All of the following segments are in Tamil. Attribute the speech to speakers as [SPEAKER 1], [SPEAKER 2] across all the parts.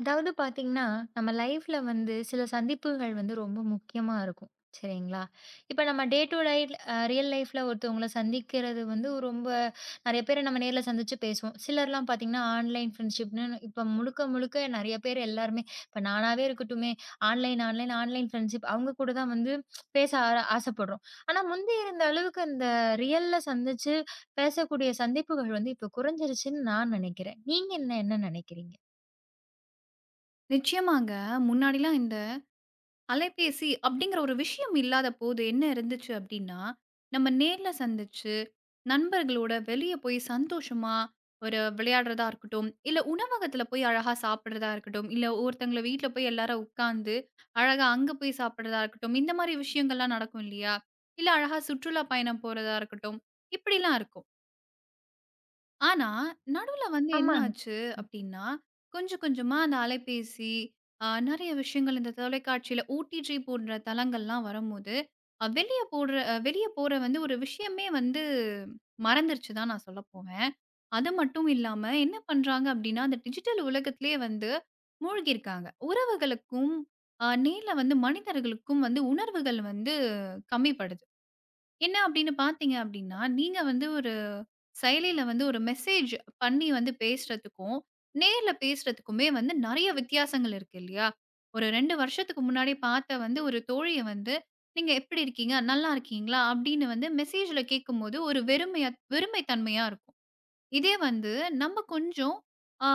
[SPEAKER 1] அதாவது பார்த்தீங்கன்னா, நம்ம லைஃப்ல வந்து சில சந்திப்புகள் வந்து ரொம்ப முக்கியமா இருக்கும். சரிங்களா? இப்ப நம்ம டே டூ டை ரியல் லைஃப்ல ஒருத்தவங்கள சந்திக்கிறது வந்து ரொம்ப நெறைய பேர நம்ம நேர்ல சந்திச்சு பேசுவோம். சிலர்லாம் பார்த்தீங்கன்னா, ஆன்லைன் ஃப்ரெண்ட்ஷிப்ன்னு இப்ப முழுக்க முழுக்க நெறைய பேர் எல்லாருமே இப்ப நானாவே இருக்கட்டுமே, ஆன்லைன், ஆன்லைன், ஆன்லைன் ஃப்ரெண்ட்ஷிப் அவங்க கூட தான் வந்து பேச ஆசைப்படுறோம். ஆனா, முந்தி இருந்த அளவுக்கு அந்த ரியல்ல சந்திச்சு பேசக்கூடிய சந்திப்புகள் வந்து இப்ப குறைஞ்சிருச்சுன்னு நான் நெனைக்கிறேன். நீங்க என்ன என்ன நெனைக்கிறீங்க?
[SPEAKER 2] நிச்சயமாங்க. முன்னாடிலாம் இந்த அலைபேசி அப்படிங்கிற ஒரு விஷயம் இல்லாத போது என்ன இருந்துச்சு அப்படின்னா, நம்ம நேர்ல சந்திச்சு, நண்பர்களோட வெளிய போய் சந்தோஷமா ஒரு விளையாடுறதா இருக்கட்டும், இல்ல உணவகத்துல போய் அழகா சாப்பிடுறதா இருக்கட்டும், இல்ல ஒருத்தவங்கள வீட்ல போய் எல்லாரும் உட்கார்ந்து அழகா அங்க போய் சாப்பிடுறதா இருக்கட்டும், இந்த மாரி விஷயங்கள்லாம் நடக்கும் இல்லையா? இல்ல அழகா சுற்றுலா பயணம் போறதா இருக்கட்டும், இப்படிலாம் இருக்கும். ஆனா, நடுவுல வந்து என்ன
[SPEAKER 1] ஆமா.
[SPEAKER 2] ஆச்சு அப்டின்னா, கொஞ்சம் கொஞ்சமா அந்த அலைபேசி, நெறைய விஷயங்கள் இந்த தொலைக்காட்சியில ஓடிஜி போன்ற தளங்கள்லாம் வரும்போது, அ வெளிய போடுற அ வெளிய போற வந்து ஒரு விஷயமே வந்து மறந்துருச்சு தான் நான் சொல்ல போவேன். அது மட்டும் இல்லாம என்ன பண்றாங்க அப்டின்னா, அந்த டிஜிட்டல் உலகத்திலேயே வந்து மூழ்கியிருக்காங்க. உறவுகளுக்கும், நேர்ல வந்து மனிதர்களுக்கும் வந்து உணர்வுகள் வந்து கம்மிப்படுது. என்ன அப்படின்னு பார்த்தீங்க அப்படின்னா, நீங்க வந்து ஒரு செயலில வந்து ஒரு மெசேஜ் பண்ணி வந்து பேசுறதுக்கும், நேர்ல பேசுறதுக்குமே வந்து நெறைய வித்தியாசங்கள் இருக்கு இல்லையா? ஒரு 2 வருஷத்துக்கு முன்னாடி பார்த்த வந்து ஒரு தோழிய வந்து, "நீங்க எப்படி இருக்கீங்க? நல்லா இருக்கீங்களா?" அப்படின்னு வந்து மெசேஜ்ல கேட்கும்போது ஒரு வெறுமையா வெறுமை தன்மையா இருக்கும். இதே வந்து நம்ம கொஞ்சம் ஆ,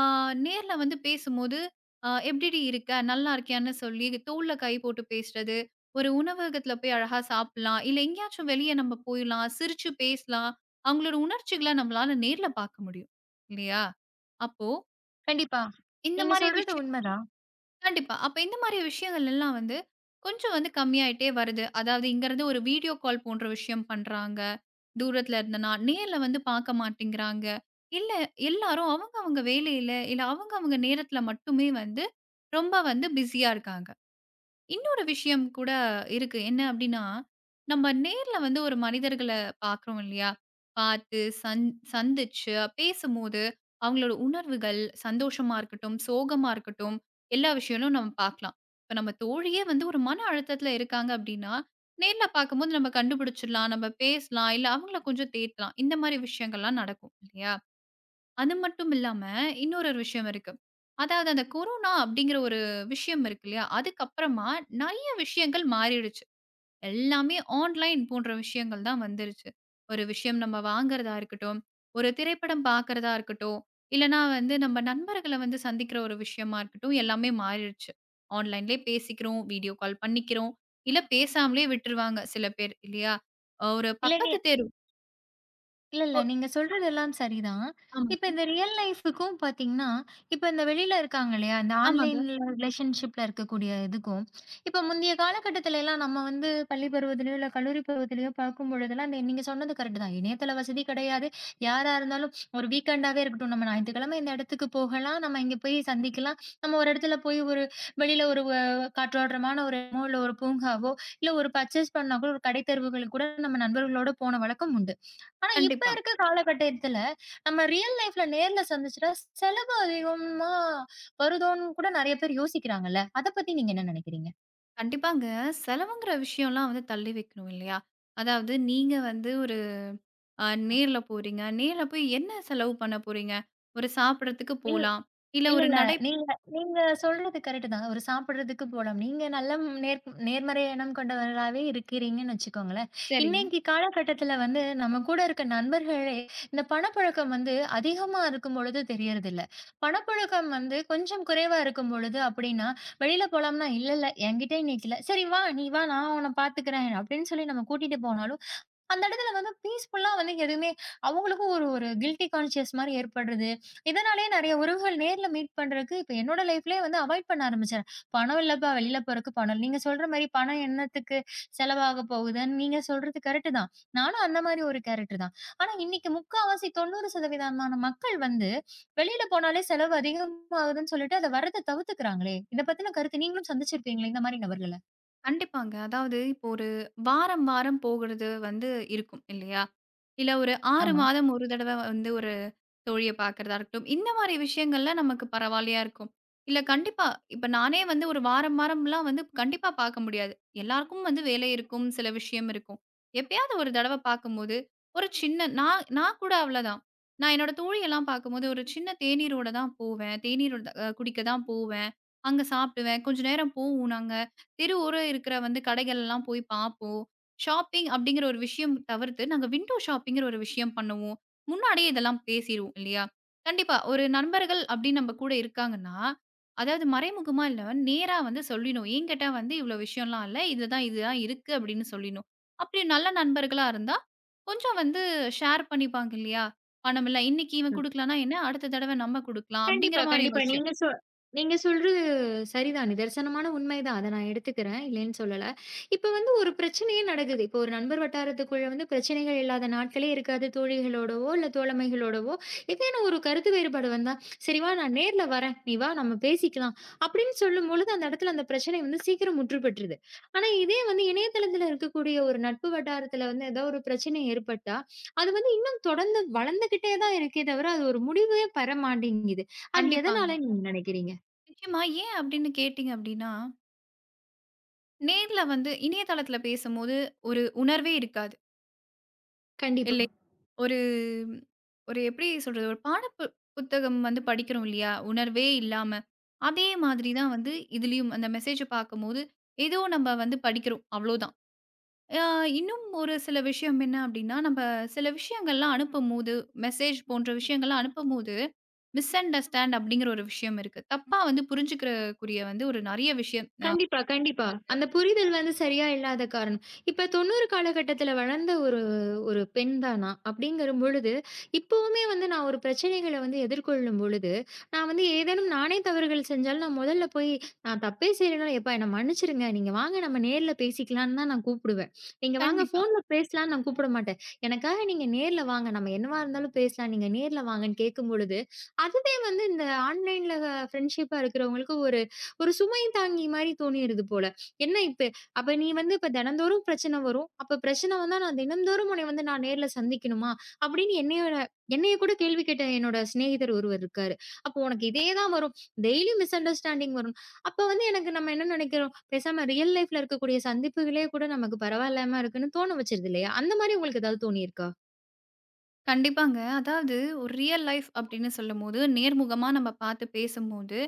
[SPEAKER 2] நேர்ல வந்து பேசும்போது "எப்படிடி இருக்க? நல்லா இருக்கியான்னு?" சொல்லி தோள்ல கை போட்டு பேசுறது, ஒரு உணவகத்துல போய் அழகா சாப்பிடலாம், இல்ல எங்கேயாச்சும் வெளிய நம்ம போயிடலாம், சிரிச்சு பேசலாம். அவங்களோட உணர்ச்சிகள நம்மளால நேர்ல பார்க்க முடியும். இல்லையா? அப்போ
[SPEAKER 1] கண்டிப்பா.
[SPEAKER 2] இந்த
[SPEAKER 1] நீங்க
[SPEAKER 2] மாரி
[SPEAKER 1] சொல்றது
[SPEAKER 2] விஷயம்
[SPEAKER 1] உண்மதான்.
[SPEAKER 2] கண்டிப்பா. அப்ப இந்த மாரி விஷயங்கள் எல்லாம் வந்து கொஞ்சம் வந்து கம்மியாயிட்டே வருது. அதாவது இங்கருந்து ஒரு வீடியோ கால் போன்ற விஷயம் பண்றாங்க. தூரத்துல இருந்தனா, நேர்ல வந்து பாக்க மாட்டேங்கிறாங்க. இல்ல எல்லாரும் அவங்க அவங்க வேலையில, இல்ல அவங்க அவங்க நேரத்துல மட்டுமே வந்து ரொம்ப வந்து பிஸியா இருக்காங்க. இன்னொரு விஷயம் கூட இருக்கு. என்ன அப்டின்னா, நம்ம நேர்ல வந்து ஒரு மனிதர்கள பாக்குறோம் இல்லையா? பாத்து, சந்திச்சு, பேசும்போது அவங்களோட உணர்வுகள், சந்தோஷமா இருக்கட்டும், சோகமா இருக்கட்டும், எல்லா விஷயங்களும் நம்ம பாக்கலாம். இப்ப நம்ம தோழியே வந்து ஒரு மன அழுத்தத்துல இருக்காங்க அப்டின்னா, நேர்ல பாக்கும்போது நம்ம கண்டுபிடிச்சிடலாம், நம்ம பேசலாம், இல்ல அவங்கள கொஞ்சம் தேத்தலாம். இந்த மாரி விஷயங்கள்லாம் நடக்கும் இல்லையா? அது மட்டும் இல்லாம, இன்னொரு ஒரு விஷயம் இருக்கு. அதாவது அந்த கொரோனா அப்படிங்கிற ஒரு விஷயம் இருக்கு இல்லையா? அதுக்கப்புறமா நெறைய விஷயங்கள் மாறிடுச்சு. எல்லாமே ஆன்லைன் போன்ற விஷயங்கள் தான் வந்துருச்சு. ஒரு விஷயம் நம்ம வாங்குறதா இருக்கட்டும், ஒரு திரைப்படம் பார்க்கிறதா இருக்கட்டும், இல்லன்னா வந்து நம்ம நண்பர்கள வந்து சந்திக்கிற ஒரு விஷயமா இருக்கட்டும், எல்லாமே மாறிடுச்சு. ஆன்லைன்லயே பேசிக்கிறோம், வீடியோ கால் பண்ணிக்கிறோம், இல்ல பேசாமலே விட்டுருவாங்க சில பேர் இல்லையா? ஒரு
[SPEAKER 1] இல்ல,
[SPEAKER 2] பக்கத்து தெரு
[SPEAKER 1] இல்ல, இல்ல.
[SPEAKER 2] ஒ
[SPEAKER 1] நீங்க சொல்றது எல்லாம் சரிதான். இப்ப
[SPEAKER 2] ஆமாங்க,
[SPEAKER 1] இந்த ரியல் லைஃப்க்கும் பார்த்தீங்கன்னா, இப்ப இந்த வெளியில இருக்காங்க இல்லையா? இந்த
[SPEAKER 2] ஆமாங்க.
[SPEAKER 1] ஆன்லைன்ல ரிலேஷன்ஷிப்ல இருக்கக்கூடிய இதுக்கும், இப்ப முந்தைய காலகட்டத்துல எல்லாம் நம்ம வந்து பள்ளி பருவத்திலயோ, இல்ல கல்லூரி பருவத்திலயோ பார்க்கும் பொழுதெல்லாம் இந்த நீங்க சொன்னது கரெக்ட் தான். இணையதள வசதி கிடையாது. யாரா இருந்தாலும் ஒரு வீக்கெண்டாவே இருக்கட்டும், நம்ம ஞாயித்துக்கிழமை இந்த இடத்துக்கு போகலாம். நம்ம இங்க போய் சந்திக்கலாம். நம்ம ஒரு இடத்துல போய் ஒரு வெளியில ஒரு காற்றோட்டமான ஒரு இடமோ, இல்ல ஒரு பூங்காவோ, இல்ல ஒரு பர்ச்சேஸ் பண்ணா கூட ஒரு கடை தெருவுகளுக்கு கூட நம்ம நண்பர்களோட போன வழக்கம் உண்டு. ஆனா, இப்ப
[SPEAKER 2] கண்டிப்பா.
[SPEAKER 1] இருக்க காலகட்டத்துல, நம்ம ரியல் லைஃப்ல நேர்ல சந்திச்சுட்டா, செலவு அதிகமா வருதோன்னு கூட நெறைய பேர் யோசிக்கிறாங்கல்ல. அத பத்தி நீங்க என்ன நெனைக்கிறீங்க?
[SPEAKER 2] கண்டிப்பாங்க. செலவுங்கிற விஷயம்லாம் வந்து தள்ளி வைக்கணும் இல்லையா? அதாவது நீங்க வந்து ஒரு நேர்ல போறீங்க. நேர்ல போய் என்ன செலவு பண்ண போறீங்க? ஒரு சாப்பிடறதுக்கு போலாம். இல்ல
[SPEAKER 1] இல்ல,
[SPEAKER 2] ஒரு
[SPEAKER 1] இல்ல.
[SPEAKER 2] நடை
[SPEAKER 1] நீங்க நீங்க சொல்றது கரெக்ட் தான். ஒரு சாப்பிடுறதுக்கு போலாம். நீங்க நல்ல ம்- நேர் நேர்மறை எண்ணம் கொண்டவராவே இருக்கிறீங்கன்னு வச்சுக்கோங்களேன்.
[SPEAKER 2] சரிங்க.
[SPEAKER 1] இன்னைக்கு காலகட்டத்துல வந்து நம்ம கூட இருக்க நண்பர்களே, இந்த பணப்புழக்கம் வந்து அதிகமா இருக்கும் பொழுது தெரியறதில்ல. பணப்புழக்கம் வந்து கொஞ்சம் குறைவா இருக்கும் பொழுது அப்படின்னா, வெளியில போலாம்னா, "இல்ல, இல்ல என்கிட்ட இன்னைக்கு இல்ல. சரி வா, நீ வா நான் உன்ன பார்த்துக்கிறேன்" அப்படின்னு சொல்லி நம்ம கூட்டிட்டு போனாலும், அந்த இடத்துல வந்து பீஸ்ஃபுல்லா வந்து எதுவுமே அவங்களுக்கும் ஒரு ஒரு கில்டி கான்ஷியஸ் மாரி ஏற்படுறது. இதனாலேயே நெறைய உறவுகள் நேர்ல மீட் பண்றதுக்கு இப்ப என்னோட லைஃப்லயே வந்து அவாய்ட் பண்ண ஆரம்பிச்சேன். பணம் இல்லப்பா வெளியில போறதுக்கு பணம் இல்ல. நீங்க சொல்ற மாரி பணம் என்னத்துக்கு செலவாக போகுதுன்னு நீங்க சொல்றது கரெக்ட் தான். நானும் அந்த மாரி ஒரு கேரக்டர் தான். ஆனா இன்னைக்கு முக்காவாசி 90% மக்கள் வந்து வெளியில போனாலே செலவு அதிகமாகுதுன்னு சொல்லிட்டு அத வர்றத தவிர்த்துக்கிறாங்களே! இத பத்தின கருத்து நீங்களும் சந்திச்சிருப்பீங்களே இந்த மாரி நபர்கள?
[SPEAKER 2] கண்டிப்பாங்க. அதாவது இப்போ ஒரு வாரம், வாரம் போகுறது வந்து இருக்கும் இல்லையா? இல்ல ஒரு 6
[SPEAKER 1] ஆமா.
[SPEAKER 2] மாதம் ஒரு தடவ வந்து ஒரு தோழிய பார்க்கிறதா இருக்கட்டும். இந்த மாரி விஷயங்கள்ல நமக்கு பரவாயில்லையா இருக்கும். இல்ல கண்டிப்பா, இப்ப நானே வந்து ஒரு வாரம் வாரம்லாம் வந்து கண்டிப்பா பார்க்க முடியாது. எல்லாருக்கும் வந்து வேலை இருக்கும், சில விஷயம் இருக்கும். எப்பயாவது ஒரு தடவ பார்க்கும்போது, ஒரு சின்ன நான் நான் கூட அவ்வளதான். நான் என்னோட தோழியெல்லாம் பார்க்கும்போது ஒரு சின்ன தேநீரோட தான் போவேன். தேநீர் குடிக்க தான் போவேன். அங்க சாப்பிடுவேன். கொஞ்ச நேரம் போவோம் நாங்க. தெரு ஓரம் இருக்கிற வந்து கடைகள்லாம் போய் பார்ப்போம். ஷாப்பிங் அப்படிங்கிற ஒரு விஷயம் தவிர்த்து, நாங்க விண்டோ ஷாப்பிங்கிற ஒரு விஷயம் பண்ணுவோம். முன்னாடியே இதெல்லாம் பேசிருவோம் இல்லையா? கண்டிப்பா. ஒரு நண்பர்கள் அப்படின்னு நம்ம கூட இருக்காங்கன்னா, அதாவது மறைமுகமா இல்ல, நேரா வந்து சொல்லிடணும். "ஏன் கேட்டா வந்து இவ்ளோ விஷயம்லாம் இல்ல. இதுதான் இதுதான் இருக்கு" அப்படின்னு சொல்லிடணும். அப்படி நல்ல நண்பர்களா இருந்தா, கொஞ்சம் வந்து ஷேர் பண்ணிப்பாங்க இல்லையா? பணம் இல்ல. இன்னைக்கு இவன் குடுக்கலன்னா என்ன, அடுத்த தடவ நம்ம குடுக்கலாம்
[SPEAKER 1] கண்டிப்பா,
[SPEAKER 2] அப்படிங்கிற மாரி
[SPEAKER 1] கண்டிப்பா.
[SPEAKER 2] விஷயம்.
[SPEAKER 1] நீங்க சொல்றது சரிதான். நிதர்சனமான உண்மைதான். அத நான் எடுத்துக்கிறேன். இல்லைன்னு சொல்லல. இப்ப வந்து ஒரு பிரச்சனையே நடக்குது. இப்போ ஒரு நண்பர் வட்டாரத்துக்குள்ள வந்து பிரச்சனைகள் இல்லாத நாட்களே இருக்காது. தோழிகளோடவோ, இல்ல தோழமைகளோடவோ, ஏதேனும் ஒரு கருத்து வேறுபாடு வந்தா, "சரி வா நான் நேர்ல வரேன். நீ வா நம்ம பேசிக்கலாம்." அப்படின்னு சொல்லும்பொழுது அந்த இடத்துல அந்த பிரச்சனை வந்து சீக்கிரம் முற்று பெற்றுது. ஆனா இதே வந்து இணையதளத்துல இருக்கக்கூடிய ஒரு நட்பு வட்டாரத்துல வந்து ஏதோ ஒரு பிரச்சனை ஏற்பட்டா, அது வந்து இன்னும் தொடர்ந்து வளர்ந்துகிட்டே தான் இருக்கே தவிர, அது ஒரு முடிவே பெற மாட்டேங்குது. அது
[SPEAKER 2] கண்டிப்பாங்க.
[SPEAKER 1] எதனால நீங்க நினைக்கிறீங்க?
[SPEAKER 2] நிச்சயமா. ஏன் அப்படின்னு கேட்டீங்க அப்படின்னா, நேர்ல வந்து இணையதளத்துல பேசும்போது ஒரு உணர்வே இருக்காது.
[SPEAKER 1] கண்டிப்பா.
[SPEAKER 2] இல்லையா? ஒரு ஒரு எப்படி சொல்றது? ஒரு பாட புத்தகம் வந்து படிக்கிறோம் இல்லையா? உணர்வே இல்லாம. அதே மாதிரி தான் வந்து இதுலயும் அந்த மெசேஜ பார்க்கும்போது, ஏதோ நம்ம வந்து படிக்கிறோம். அவ்வளோதான். அ இன்னும் ஒரு சில விஷயம் என்ன அப்படின்னா, நம்ம சில விஷயங்கள்லாம் அனுப்பும்போது, மெசேஜ் போன்ற விஷயங்கள்லாம் அனுப்பும்போது, மிஸ் அண்டர்ஸ்டாண்ட் அப்படிங்கிற ஒரு விஷயம் இருக்கு. தப்பா வந்து புரிஞ்சுக்கிறக்குரிய வந்து ஒரு நெறைய விஷயம். அ
[SPEAKER 1] கண்டிப்பா, கண்டிப்பா. அந்த புரிதல் வந்து சரியா இல்லாத காரணம். இப்ப 90 காலகட்டத்தில வளர்ந்த ஒரு ஒரு பெண் தான் நான். அப்படிங்கரும் பொழுது, இப்பவுமே வந்து நான் ஒரு பிரச்சனைகள வந்து எதிர்கொள்ளும் பொழுது, நான் வந்து ஏதேனும் நானே தவறுகள் செஞ்சாலும், நான் முதல்ல போய் நான் தப்பே செய்யலனா, "எப்பா என்ன மன்னிச்சிருங்க. நீங்க வாங்க நம்ம நேர்ல பேசிக்கலான்னு" தான் நான் கூப்பிடுவேன். "நீங்க வாங்க
[SPEAKER 2] கண்டிப்பா.
[SPEAKER 1] ஃபோன்ல பேசலான்னு" நான் கூப்பிட மாட்டேன். "எனக்காக நீங்க நேர்ல வாங்க. நம்ம என்னவா இருந்தாலும் பேசலாம். நீங்க நேர்ல வாங்கன்னு" கேட்கும் பொழுது, அதுவே வந்து இந்த ஆன்லைன்ல ஃப்ரெண்ட்ஷிப்பா இருக்கிறவங்களுக்கு ஒரு ஒரு சுமை தாங்கி மாரி தோணிருது போல. என்ன இப்ப அப்ப நீ வந்து இப்ப தினந்தோறும் பிரச்சனை வரும். அப்ப பிரச்சனை வந்தா நான் தினந்தோறும் உன்னை வந்து நான் நேர்ல சந்திக்கணுமா? அப்படின்னு என்னைய கூட கேள்வி கேட்ட என்னோட சிநேகிதர் ஒருவர் இருக்காரு. அப்போ உனக்கு இதே தான் வரும். டெய்லி மிஸ் அண்டர்ஸ்டாண்டிங் வரும். அப்ப வந்து எனக்கு நம்ம என்ன நினைக்கிறோம், பேசாம ரியல் லைஃப்ல இருக்கக்கூடிய சந்திப்புகளே கூட நமக்கு பரவாயில்லாம இருக்குன்னு தோண வச்சுருது இல்லையா? அந்த மாரி உங்களுக்கு ஏதாவது தோணியிருக்கா?
[SPEAKER 2] கண்டிப்பாங்க. அதாவது ஒரு ரியல் லைஃப் அப்படின்னு சொல்லும்போது, நேர்முகமா நம்ம பார்த்து பேசும்போது,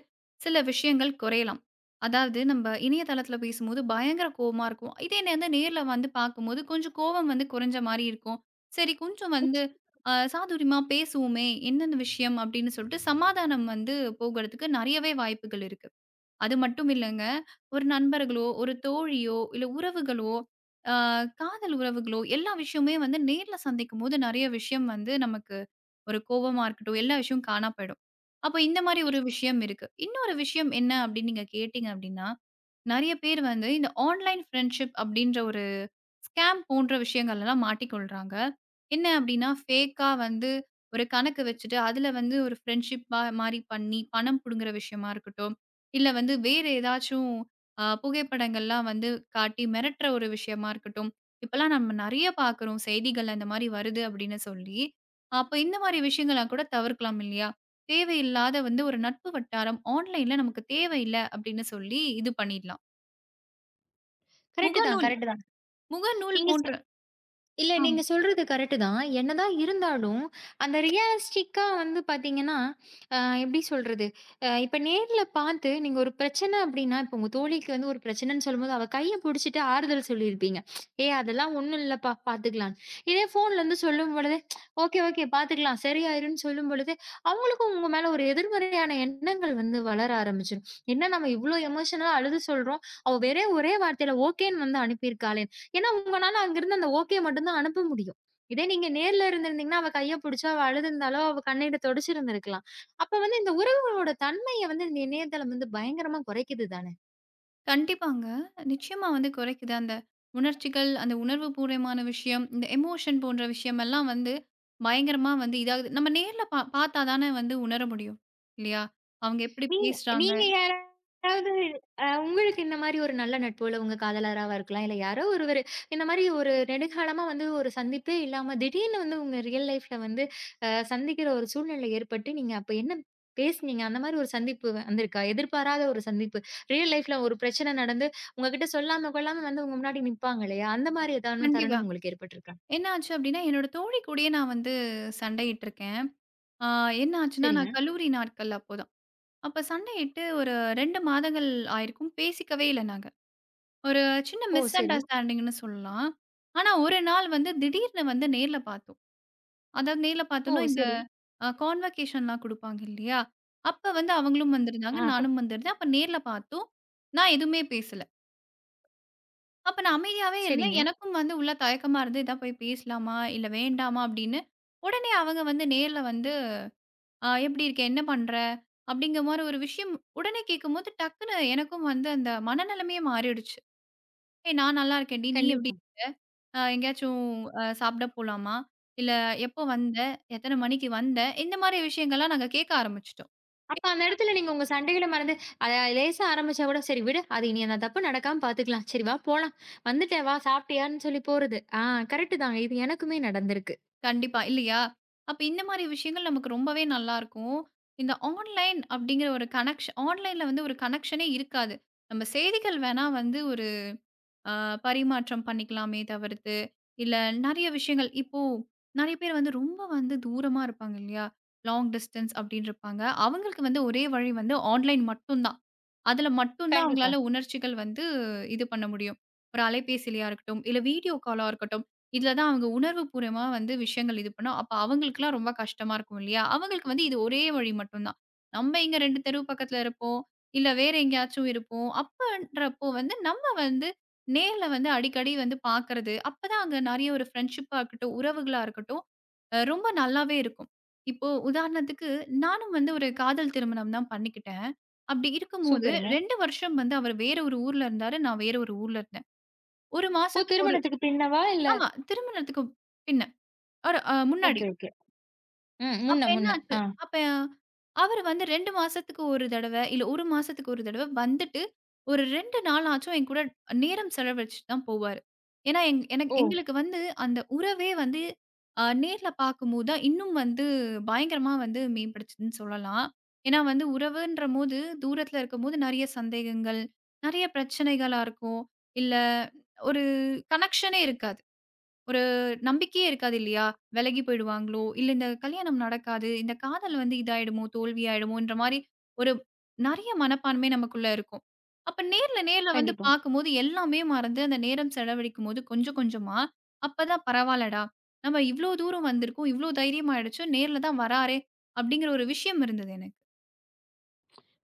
[SPEAKER 2] சில விஷயங்கள் குறையலாம். அதாவது நம்ப இணையதளத்தில பேசும்போது பயங்கர கோவமா இருக்கும். இதே வந்து நேர்ல வந்து பார்க்கும்போது, கொஞ்சம் கோவம் வந்து குறைஞ்ச மாரி இருக்கும். சரி கொஞ்சம் வந்து சாதுரியமா பேசுவோமே! என்னென்ன விஷயம் அப்படின்னு சொல்லிட்டு சமாதானம் வந்து போகுறதுக்கு நெறையவே வாய்ப்புகள் இருக்கு. அது மட்டும் இல்லங்க. ஒரு நண்பர்களோ, ஒரு தோழியோ, இல்ல உறவுகளோ, அ காதல் உறவுகளோ, எல்லா விஷயமுமே வந்து நேர்ல சந்திக்கும்போது நெறைய விஷயம் வந்து நமக்கு ஒரு கோவமா இருக்கட்டும், எல்லா விஷயம் காணா போயிடும். அப்போ இந்த மாரி ஒரு விஷயம் இருக்கு. இன்னொரு விஷயம் என்ன அப்படின்னு நீங்க கேட்டீங்க அப்படின்னா, நெறைய பேர் வந்து இந்த ஆன்லைன் ஃப்ரெண்ட்ஷிப் அப்படின்ற ஒரு ஸ்கேம் போன்ற விஷயங்கள்லலாம் மாட்டிக்கொள்றாங்க. என்ன அப்டின்னா, ஃபேக்கா வந்து ஒரு கணக்கு வச்சுட்டு, அதுல வந்து ஒரு ஃப்ரெண்ட்ஷிப் பா மாரி பண்ணி பணம் புடுங்குற விஷயமா இருக்கட்டும், இல்ல வந்து வேற ஏதாச்சும் புகைப்படங்கள்லாம் வந்து காட்டி மிரட்டுற ஒரு விஷயமா இருக்கட்டும். இப்பலாம் நம்ம நெறைய பார்க்குறோம். செய்திகள்ல இந்த மாரி வருது அப்டின்னு சொல்லி. அப்ப இந்த மாரி விஷயங்கள்லாம் கூட தவிர்க்கலாம் இல்லையா? தேவையில்லாத வந்து ஒரு நட்பு வட்டாரம் ஆன்லைன்ல நமக்கு தேவையில்ல அப்டின்னு சொல்லி இது பண்ணிடலாம்.
[SPEAKER 1] கரெக்ட் தான்,
[SPEAKER 2] முகநூல்
[SPEAKER 1] கரெக்ட் தான்.
[SPEAKER 2] முகநூல்
[SPEAKER 1] நீங்க
[SPEAKER 2] போன்ற
[SPEAKER 1] இல்ல
[SPEAKER 2] ஆமா.
[SPEAKER 1] நீங்க சொல்றது கரெக்ட்டு தான். என்னதான் இருந்தாலும், அந்த ரியலிஸ்டிக்கா வந்து பார்த்தீங்கன்னா, எப்படி சொல்றது? இப்ப நேர்ல பார்த்து நீங்க ஒரு பிரச்சனை அப்டின்னா, இப்ப உங்க தோழிக்கு வந்து ஒரு பிரச்சனைன்னு சொல்லும்போது, அவ கைய புடிச்சிட்டு ஆறுதல் சொல்லியிருப்பீங்க. "ஏய் அதெல்லாம் ஒண்ணும் இல்லப்பா, பார்த்துக்கலாம்." இதே ஃபோன்லேருந்து சொல்லும்பொழுது, "ஓகே, ஓகே பார்த்துக்கலாம், சரியாயிரும்ன்னு" சொல்லும்பொழுது, அவங்களுக்கும் உங்க மேல ஒரு எதிர்மறையான எண்ணங்கள் வந்து வளர ஆரம்பிச்சுரும். என்ன நம்ம இவ்ளோ எமோஷனலா அழுது சொல்றோம், அவ வெறும் ஒரே வார்த்தையில ஓகேன்னு வந்து அனுப்பியிருக்காளே! ஏன்னா, உங்கனால அங்கிருந்து அந்த ஓகே மட்டும் தான் அனுப்ப முடியும். இதே நீங்க நேர்ல இருந்திருந்தீங்கன்னா, அவ கைய புடிச்சு அவ அழுதுருந்தாலோ, அவ கண்ணீர தொடச்சிருந்திருக்கலாம். அப்ப வந்து இந்த உறவுகளோட தன்மைய வந்து இந்த இணையதளம் வந்து பயங்கரமா குறைக்குது தானே!
[SPEAKER 2] கண்டிப்பாங்க. நிச்சயமா வந்து குறைக்குது. அந்த உணர்ச்சிகள், அந்த உணர்வு பூர்வமான விஷயம், இந்த எமோஷன் போன்ற விஷயமெல்லாம் வந்து பயங்கரமா வந்து இதாகுது. நம்ம நேர்ல பார்த்தா தானே வந்து உணர முடியும். இல்லையா? அவங்க எப்படி
[SPEAKER 1] நீங்க
[SPEAKER 2] பேசுறாங்க
[SPEAKER 1] நீங்க யாராவது உங்களுக்கு இந்த மாரி ஒரு நல்ல நட்பு, இல்ல உங்க காதலராவா இருக்கலாம். இல்ல யாரோ ஒருவரு இந்த மாரி ஒரு நெடுங்காலமா வந்து ஒரு சந்திப்பே இல்லாம திடீர்னு வந்து உங்க ரியல் லைஃப்ல வந்து சந்திக்கிற ஒரு சூழ்நிலை ஏற்பட்டு, நீங்க அப்ப என்ன பேசுனீங்க? அந்த மாரி ஒரு சந்திப்பு வந்திருக்கா? எதிர்பாராத ஒரு சந்திப்பு. ரியல் லைஃப்ல ஒரு பிரச்சனை நடந்து உங்ககிட்ட சொல்லாம கொள்ளாம வந்து உங்க முன்னாடி நிப்பாங்க இல்லையா? அந்த மாரி ஏதானும்
[SPEAKER 2] கண்டிப்பா.
[SPEAKER 1] தருணம் உங்களுக்கு ஏற்பட்டிருக்கா?
[SPEAKER 2] என்ன ஆச்சு அப்படின்னா, என்னோட தோழி கூடயே நான் வந்து சண்டையிட்டுருக்கேன். ஆ என்ன ஆச்சுன்னா,
[SPEAKER 1] சரிங்க.
[SPEAKER 2] நான் கல்லூரி நாட்கள் அப்போதான். அப்ப சண்டையிட்டு ஒரு 2 மாதங்கள் ஆயிருக்கும். பேசிக்கவே இல்ல நாங்க. ஒரு சின்ன
[SPEAKER 1] ஓ!
[SPEAKER 2] மிஸ்
[SPEAKER 1] சரி.
[SPEAKER 2] அண்டர்ஸ்டாண்டிங்ன்னு சொல்லலாம். ஆனா, ஒரு நாள் வந்து திடீர்னு வந்து நேர்ல பார்த்தோம். அதாவது நேர்ல
[SPEAKER 1] ஓ!
[SPEAKER 2] பார்த்தோம்னா, இந்த
[SPEAKER 1] சரி.
[SPEAKER 2] கான்வகேஷன்லாம் குடுப்பாங்க இல்லையா? அப்ப வந்து அவங்களும்
[SPEAKER 1] ஆ
[SPEAKER 2] வந்திருந்தாங்க.
[SPEAKER 1] அப்ப
[SPEAKER 2] நானும் வந்திருந்தேன். அப்ப நேர்ல பார்த்தோம். நான் எதுவுமே பேசல. அப்ப நான் அமைதியாவே இருந்தேன்.
[SPEAKER 1] சரிங்க.
[SPEAKER 2] எனக்கும் வந்து உள்ள தயக்கமா இருந்தது. "இதா போய் பேசலாமா? இல்ல வேண்டாமா?" அப்படின்னு. உடனே அவங்க வந்து நேர்ல வந்து, எப்படி இருக்க? என்ன பண்ற?" அப்படிங்கிற மாரி ஒரு விஷயம் உடனே கேட்கும்போது, டக்குனு எனக்கும் வந்து அந்த மனநிலைமையே மாறிடுச்சு. "ஏய் நான் நல்லா இருக்கேன்டி. நீ
[SPEAKER 1] கண்டிப்
[SPEAKER 2] எப்படி?" அ எங்கேயாச்சும் அ சாப்பிட போலாமா? இல்ல எப்போ வந்த? எத்தன மணிக்கு வந்த? இந்த மாரி விஷயங்கள்லாம் நாங்க கேட்க ஆரம்பிச்சுட்டோம்.
[SPEAKER 1] அப்ப அந்த இடத்துல நீங்க உங்க சண்டைகள மறந்து, அத லேசா ஆரம்பிச்சா கூட, "சரி விடு. அது இனி அந்த தப்பு நடக்காம பார்த்துக்கலாம். சரி வா போலாம். வந்துட்டே வா சாப்பிட்டியான்னு" சொல்லி போறது. ஆ கரெக்ட்டு தாங்க. இது எனக்குமே நடந்திருக்கு.
[SPEAKER 2] கண்டிப்பா இல்லையா? அப்ப இந்த மாரி விஷயங்கள் நமக்கு ரொம்பவே நல்லாருக்கும். இந்த ஆன்லைன் அப்படிங்கிற ஒரு கனெக்ஷன் ஆன்லைன்ல வந்து ஒரு கனெக்ஷனே இருக்காது. நம்ம செய்திகள் வேணா வந்து ஒரு அ பரிமாற்றம் பண்ணிக்கலாமே தவிர்த்து, இல்ல நெறைய விஷயங்கள் இப்போ நெறைய பேர் வந்து ரொம்ப வந்து தூரமா இருப்பாங்க இல்லையா? லாங் டிஸ்டன்ஸ் அப்படின்னு இருப்பாங்க. அவங்களுக்கு வந்து ஒரே வழி வந்து ஆன்லைன் மட்டும் தான். அதுல மட்டும் தான்
[SPEAKER 1] கண்டிப்பா.
[SPEAKER 2] அவங்களால உணர்ச்சிகள் வந்து இது பண்ண முடியும். ஒரு அலைபேசிலயா இருக்கட்டும், இல்ல வீடியோ காலா இருக்கட்டும். இதுல தான் அவங்க உணர்வுபூர்வமா வந்து விஷயங்கள் இது பண்ணும். அப்ப அவங்களுக்குலாம் ரொம்ப கஷ்டமா இருக்கும் இல்லையா? அவங்களுக்கு வந்து இது ஒரே வழி மட்டும் தான். நம்ம இங்க 2 தெரு பக்கத்துல இருப்போம். இல்ல வேற எங்கேயாச்சும் இருப்போம். அப்பன்றப்போ வந்து நம்ம வந்து நேர்ல வந்து அடிக்கடி வந்து பார்க்கறது. அப்பதான் அங்க நெறைய ஒரு ஃப்ரெண்ட்ஷிப்பா இருக்கட்டும், உறவுகளா இருக்கட்டும், ரொம்ப நல்லாவே இருக்கும். இப்போ உதாரணத்துக்கு நானும் வந்து ஒரு காதல் திருமணம் தான் பண்ணிக்கிட்டேன். அப்படி இருக்கும்போது
[SPEAKER 1] சூப்பருங்க.
[SPEAKER 2] 2 வருஷம் வந்து அவர் வேற ஒரு ஊர்ல இருந்தாரு. நான் வேற ஒரு ஊர்ல இருந்தேன். 1
[SPEAKER 1] ஓ!
[SPEAKER 2] மாசத்துக்கு ஒரு
[SPEAKER 1] திருமணத்துக்கு பின்னவா? இல்ல
[SPEAKER 2] ஆமா திருமணத்துக்கு பின்ன. ஒரு முன்னாடி
[SPEAKER 1] ஓகே, ஓகே. ம்.
[SPEAKER 2] அப்ப
[SPEAKER 1] முன்ன,
[SPEAKER 2] என்ன
[SPEAKER 1] முன்ன.
[SPEAKER 2] ஆச்சு?
[SPEAKER 1] ஆ.
[SPEAKER 2] அப்ப அவரு வந்து 2 மாசத்துக்கு ஒரு தடவ, இல்ல 1 மாசத்துக்கு ஒரு தடவ வந்துட்டு, ஒரு 2 நாளாச்சும் என் கூட நேரம் செலவழிச்சுட்டு தான் போவாரு. ஏன்னா,
[SPEAKER 1] ஓ!
[SPEAKER 2] எங்களுக்கு வந்து அந்த உறவே வந்து நேர்ல பார்க்கும்போது தான் இன்னும் வந்து பயங்கரமா வந்து மேம்படுச்சுதுன்னு சொல்லலாம். ஏன்னா வந்து உறவுன்றபோது, தூரத்துல இருக்கும்போது நெறைய சந்தேகங்கள், நெறைய பிரச்சனைகளா இருக்கும். இல்ல ஒரு கனெக்ஷனே இருக்காது. ஒரு நம்பிக்கையே இருக்காது இல்லையா? விலகி போயிடுவாங்களோ! இல்ல இந்த கல்யாணம் நடக்காது. இந்த காதல் வந்து இதாயிடுமோ! தோல்வியாயிடுமோன்ற மாரி ஒரு நெறைய மனப்பான்மை நமக்குள்ள இருக்கும். அப்ப நேர்ல நேர்ல வந்து
[SPEAKER 1] கண்டிப்பா.
[SPEAKER 2] பார்க்கும்போது எல்லாமே மறந்து அந்த நேரம் செலவழிக்கும்போது கொஞ்சம் கொஞ்சமா, அப்பதான் பரவால்லடா! நம்ம இவ்ளோ தூரம் வந்திருக்கோம். இவ்ளோ தைரியம் ஆயிடுச்சு. நேர்ல தான் வராரே! அப்படிங்கிற ஒரு விஷயம் இருந்தது எனக்கு.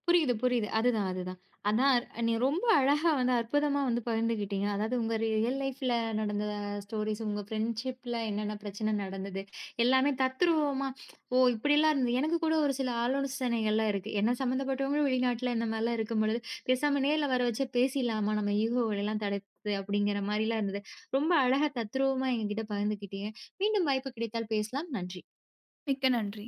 [SPEAKER 1] புரியுது, புரியுது. அதுதான், அதுதான். அதான் நீங்க ரொம்ப அழகா வந்து அற்புதமா வந்து பகிர்ந்துக்கிட்டீங்க. அதாவது உங்க ரியல் லைஃப்ல நடந்த ஸ்டோரீஸ், உங்க ஃப்ரெண்ட்ஷிப்ல என்னென்ன பிரச்சனை நடந்தது, எல்லாமே தத்ரூவமா ஓ! இப்படிலாம் இருந்தது. எனக்கு கூட ஒரு சில ஆலோசனைகள்லாம் இருக்கு. என்ன சம்மந்தப்பட்டவங்களும் வெளிநாட்ல இந்த மாரிலாம் இருக்கும்பொழுது, பேசாம நேர்ல வர வச்சு பேசிடலாமா? நம்ம ஈகோவெல்லாம் தடுத்து அப்படிங்கிற மாரிலாம் இருந்தது. ரொம்ப அழகா தத்ரூவமா எங்ககிட்ட பகிர்ந்துக்கிட்டீங்க. மீண்டும் வாய்ப்பு கிடைத்தால் பேசலாம். நன்றி.
[SPEAKER 2] மிக்க நன்றி.